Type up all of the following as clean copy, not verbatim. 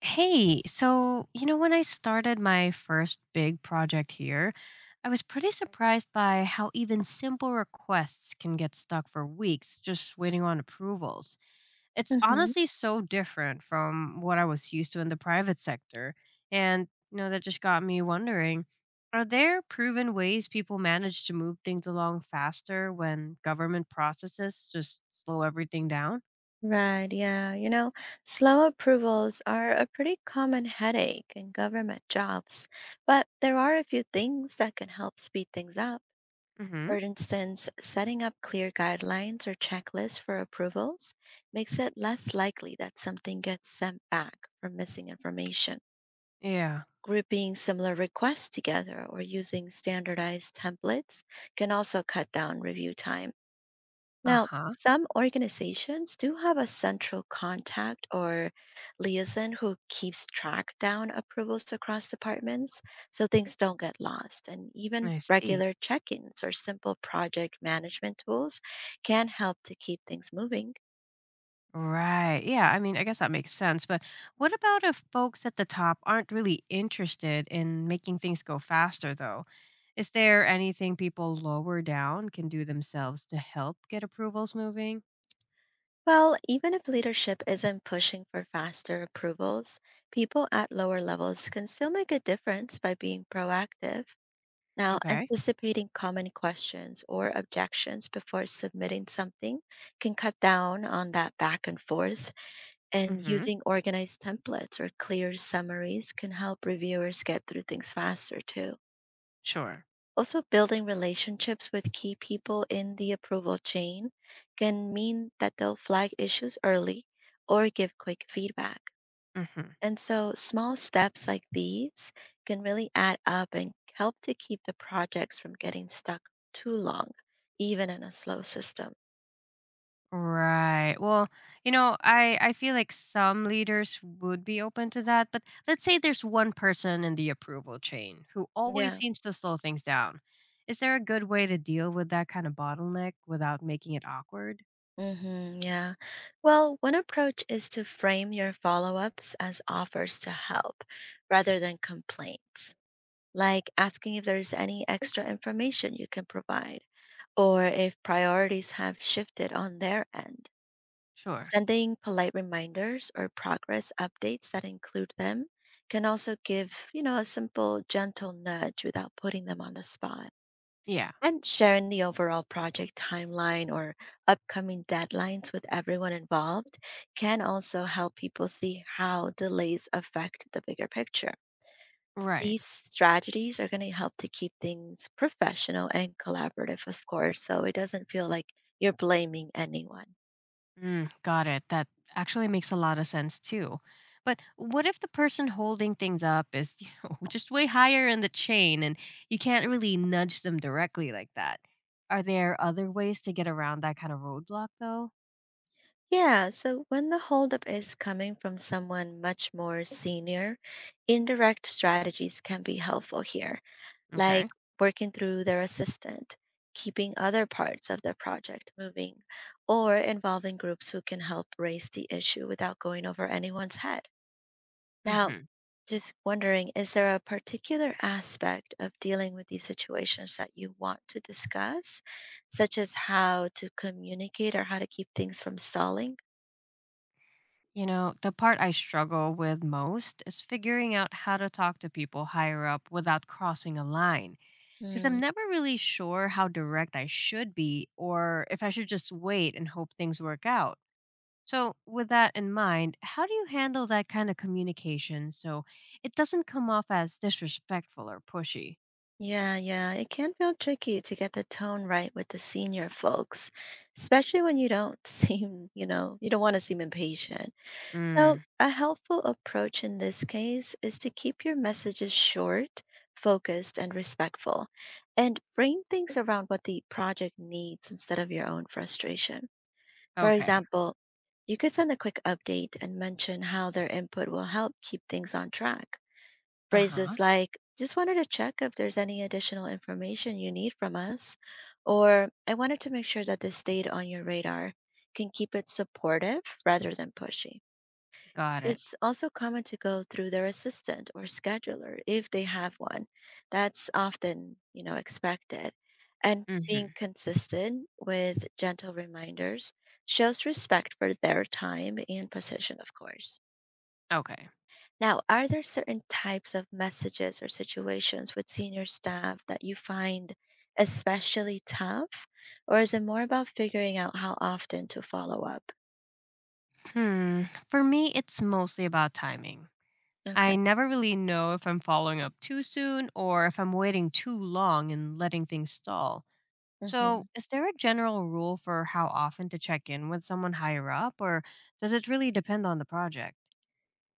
Hey, so, you know, when I started my first big project here, I was pretty surprised by how even simple requests can get stuck for weeks just waiting on approvals. It's hmm honestly so different from what I was used to in the private sector. And, you know, that just got me wondering, are there proven ways people manage to move things along faster when government processes just slow everything down? Right, yeah. Slow approvals are a pretty common headache in government jobs, but there are a few things that can help speed things up. For Mm-hmm. instance, setting up clear guidelines or checklists for approvals makes it less likely that something gets sent back for missing information. Yeah. Grouping similar requests together or using standardized templates can also cut down review time. Now, Uh-huh. some organizations do have a central contact or liaison who keeps track down approvals across departments so things don't get lost. And even I see. regular check ins or simple project management tools can help to keep things moving. Right. Yeah. I mean, I guess that makes sense. But what about if folks at the top aren't really interested in making things go faster, though? Is there anything people lower down can do themselves to help get approvals moving? Well, even if leadership isn't pushing for faster approvals, people at lower levels can still make a difference by being proactive. Now, Okay. anticipating common questions or objections before submitting something can cut down on that back and forth, Mm and hmm. using organized templates or clear summaries can help reviewers get through things faster too. Sure. Also, building relationships with key people in the approval chain can mean that they'll flag issues early or give quick feedback. And so small steps like these can really add up and help to keep the projects from getting stuck too long, even in a slow system. Right. Well, you know, I feel like some leaders would be open to that, but let's say there's one person in the approval chain who always Yeah. seems to slow things down. Is there a good way to deal with that kind of bottleneck without making it awkward? Mm hmm, yeah. Well, one approach is to frame your follow ups as offers to help rather than complaints, like asking if there's any extra information you can provide or if priorities have shifted on their end. Sure. Sending polite reminders or progress updates that include them can also give, a simple gentle nudge without putting them on the spot. Yeah. And sharing the overall project timeline or upcoming deadlines with everyone involved can also help people see how delays affect the bigger picture. Right. These strategies are going to help to keep things professional and collaborative, of course, so it doesn't feel like you're blaming anyone. Mm, got it. That actually makes a lot of sense too. But what if the person holding things up is you know, just way higher in the chain and you can't really nudge them directly like that? Are there other ways to get around that kind of roadblock though? Yeah, so when the holdup is coming from someone much more senior, indirect strategies can be helpful here, like Okay. working through their assistant, keeping other parts of the project moving, or involving groups who can help raise the issue without going over anyone's head. Now, Hmm. just wondering, is there a particular aspect of dealing with these situations that you want to discuss, such as how to communicate or how to keep things from stalling? You know, the part I struggle with most is figuring out how to talk to people higher up without crossing a line because Hmm. I'm never really sure how direct I should be or if I should just wait and hope things work out. So, with that in mind, how do you handle that kind of communication so it doesn't come off as disrespectful or pushy? Yeah, yeah, it can feel tricky to get the tone right with the senior folks, especially when you don't seem, you don't want to seem impatient. So, Mm, a helpful approach in this case is to keep your messages short, focused, and respectful, and frame things around what the project needs instead of your own frustration. For okay. example, you could send a quick update and mention how their input will help keep things on track. Uh huh. Phrases like, just wanted to check if there's any additional information you need from us, or I wanted to make sure that this stayed on your radar, can keep it supportive rather than pushy. Got it. It's also common to go through their assistant or scheduler if they have one. That's often expected. And Mm-hmm. being consistent with gentle reminders shows respect for their time and position, of course. Okay. Now, are there certain types of messages or situations with senior staff that you find especially tough? Or is it more about figuring out how often to follow up? Hmm. For me, it's mostly about timing. I Okay. never really know if I'm following up too soon or if I'm waiting too long and letting things stall. hmm So, is there a general rule for how often to check in with someone higher up, or does it really depend on the project?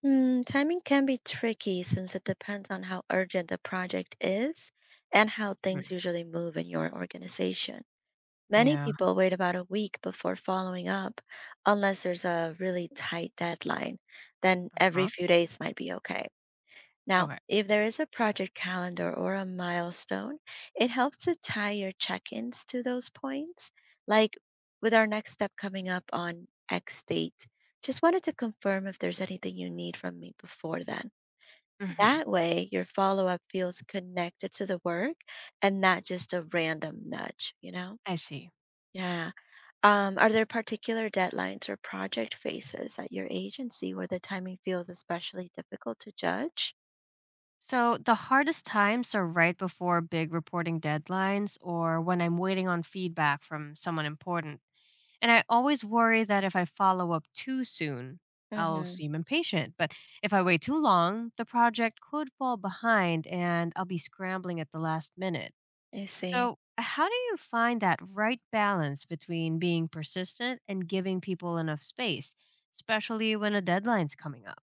timing can be tricky since it depends on how urgent the project is and how Hmm. things usually move in your organization. Many Yeah. people wait about a week before following up unless there's a really tight deadline. Then every Huh? few days might be okay. Now, Okay. if there is a project calendar or a milestone, it helps to tie your check ins to those points. Like with our next step coming up on X date, just wanted to confirm if there's anything you need from me before then. Hmm. That way, your follow up feels connected to the work and not just a random nudge, you know? I see. Yeah. Are there particular deadlines or project phases at your agency where the timing feels especially difficult to judge? So the hardest times are right before big reporting deadlines or when I'm waiting on feedback from someone important. And I always worry that if I follow up too soon, I'll Mm-hmm. seem impatient. But if I wait too long, the project could fall behind and I'll be scrambling at the last minute. I see. So, how do you find that right balance between being persistent and giving people enough space, especially when a deadline's coming up?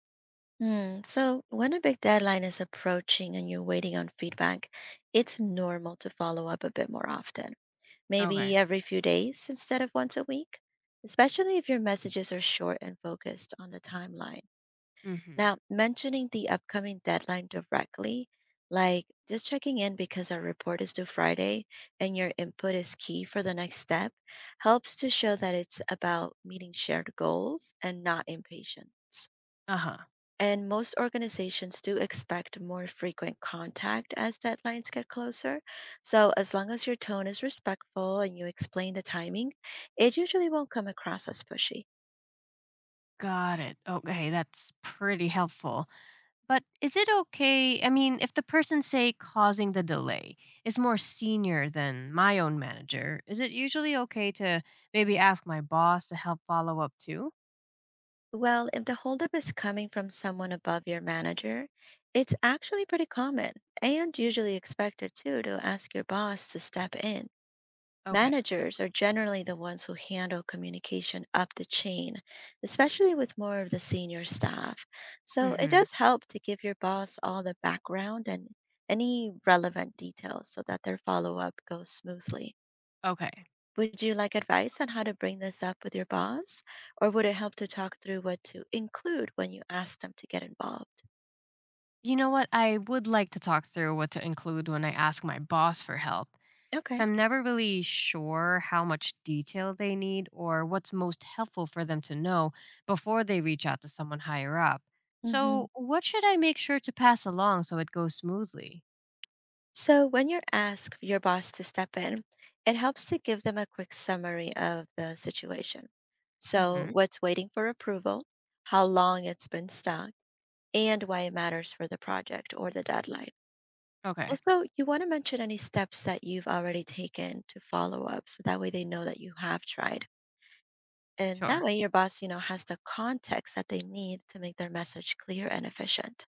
Hmm. So, when a big deadline is approaching and you're waiting on feedback, it's normal to follow up a bit more often, Okay. maybe every few days instead of once a week, especially if your messages are short and focused on the timeline. Hmm. Now, mentioning the upcoming deadline directly, like just checking in because our report is due Friday and your input is key for the next step, helps to show that it's about meeting shared goals and not impatience. Uh huh. And most organizations do expect more frequent contact as deadlines get closer. So, as long as your tone is respectful and you explain the timing, it usually won't come across as pushy. Got it. Okay, that's pretty helpful. But is it okay? I mean, if the person, say, causing the delay is more senior than my own manager, is it usually okay to maybe ask my boss to help follow up too? Well, if the holdup is coming from someone above your manager, it's actually pretty common and usually expected too to ask your boss to step in. Okay. Managers are generally the ones who handle communication up the chain, especially with more of the senior staff. So it Hmm. does help to give your boss all the background and any relevant details so that their follow up goes smoothly. Okay. Would you like advice on how to bring this up with your boss? Or would it help to talk through what to include when you ask them to get involved? You know what? I would like to talk through what to include when I ask my boss for help. So Okay. I'm never really sure how much detail they need or what's most helpful for them to know before they reach out to someone higher up. hmm So, what should I make sure to pass along so it goes smoothly? So, when you ask your boss to step in, it helps to give them a quick summary of the situation. So, Hmm. what's waiting for approval, how long it's been stuck, and why it matters for the project or the deadline. Okay, Also, you want to mention any steps that you've already taken to follow up so that way they know that you have tried. And that sure. way your boss has the context that they need to make their message clear and efficient.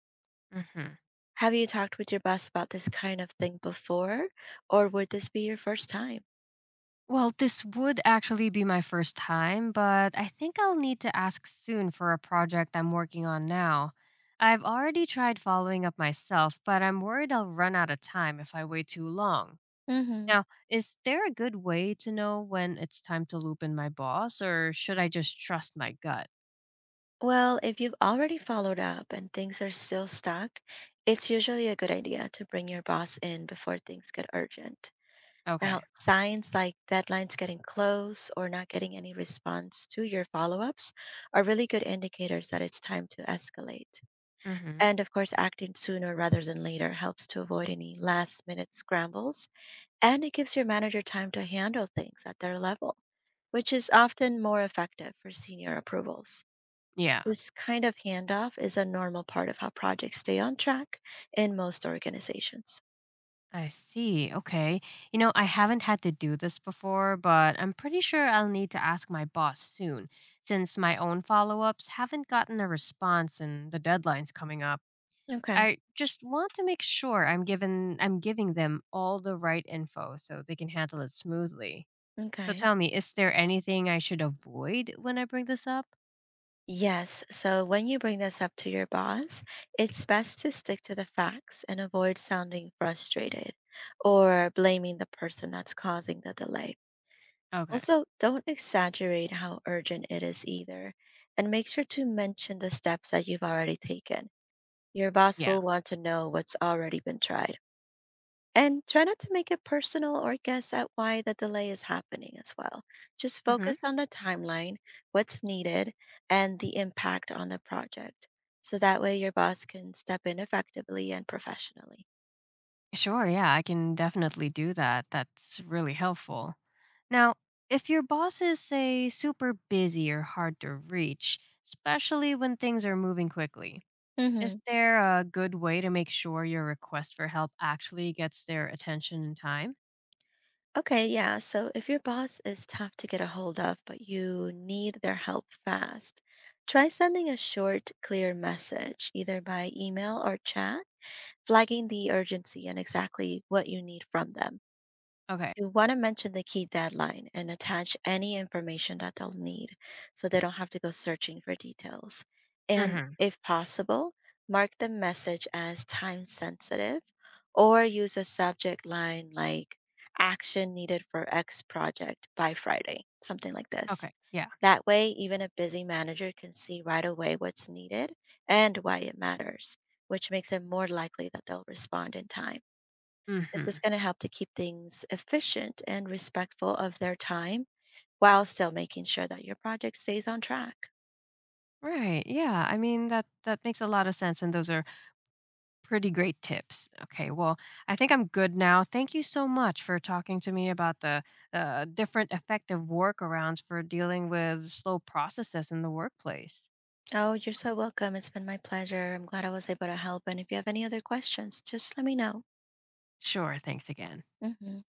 Hmm. Have you talked with your boss about this kind of thing before, or would this be your first time? Well, this would actually be my first time, but I think I'll need to ask soon for a project I'm working on now. I've already tried following up myself, but I'm worried I'll run out of time if I wait too long. hmm Now, is there a good way to know when it's time to loop in my boss, or should I just trust my gut? Well, if you've already followed up and things are still stuck, it's usually a good idea to bring your boss in before things get urgent. Now, Okay. signs like deadlines getting close or not getting any response to your follow ups are really good indicators that it's time to escalate. Hmm. And of course, acting sooner rather than later helps to avoid any last minute scrambles and it gives your manager time to handle things at their level, which is often more effective for senior approvals. Yeah, This kind of handoff is a normal part of how projects stay on track in most organizations. I see. Okay. You know, I haven't had to do this before, but I'm pretty sure I'll need to ask my boss soon since my own follow ups haven't gotten a response and the deadline's coming up. Okay, I just want to make sure I'm giving them all the right info so they can handle it smoothly. So okay. tell me, is there anything I should avoid when I bring this up? Yes, so when you bring this up to your boss, it's best to stick to the facts and avoid sounding frustrated or blaming the person that's causing the delay. Okay. Also, don't exaggerate how urgent it is either, and make sure to mention the steps that you've already taken. Your boss Yeah. will want to know what's already been tried. And try not to make it personal or guess at why the delay is happening as well. Just Hmm. focus on the timeline, what's needed, and the impact on the project. So that way your boss can step in effectively and professionally. Sure. Yeah, I can definitely do that. That's really helpful. Now, if your boss is, say, super busy or hard to reach, especially when things are moving quickly, hmm is there a good way to make sure your request for help actually gets their attention in time? Okay, yeah. So if your boss is tough to get a hold of, but you need their help fast, try sending a short, clear message, either by email or chat, flagging the urgency and exactly what you need from them. Okay. You want to mention the key deadline and attach any information that they'll need so they don't have to go searching for details. And Mm-hmm. if possible, mark the message as time sensitive or use a subject line like action needed for X project by Friday, something like this. Okay. Yeah. That way, even a busy manager can see right away what's needed and why it matters, which makes it more likely that they'll respond in time. This Mm-hmm. is going to help to keep things efficient and respectful of their time while still making sure that your project stays on track. Right. Yeah. I mean that makes a lot of sense, and those are pretty great tips. Okay, well, I think I'm good now. Thank you so much for talking to me about the different effective workarounds for dealing with slow processes in the workplace. Oh, you're so welcome. It's been my pleasure. I'm glad I was able to help. And if you have any other questions, just let me know. Sure, thanks again. hmm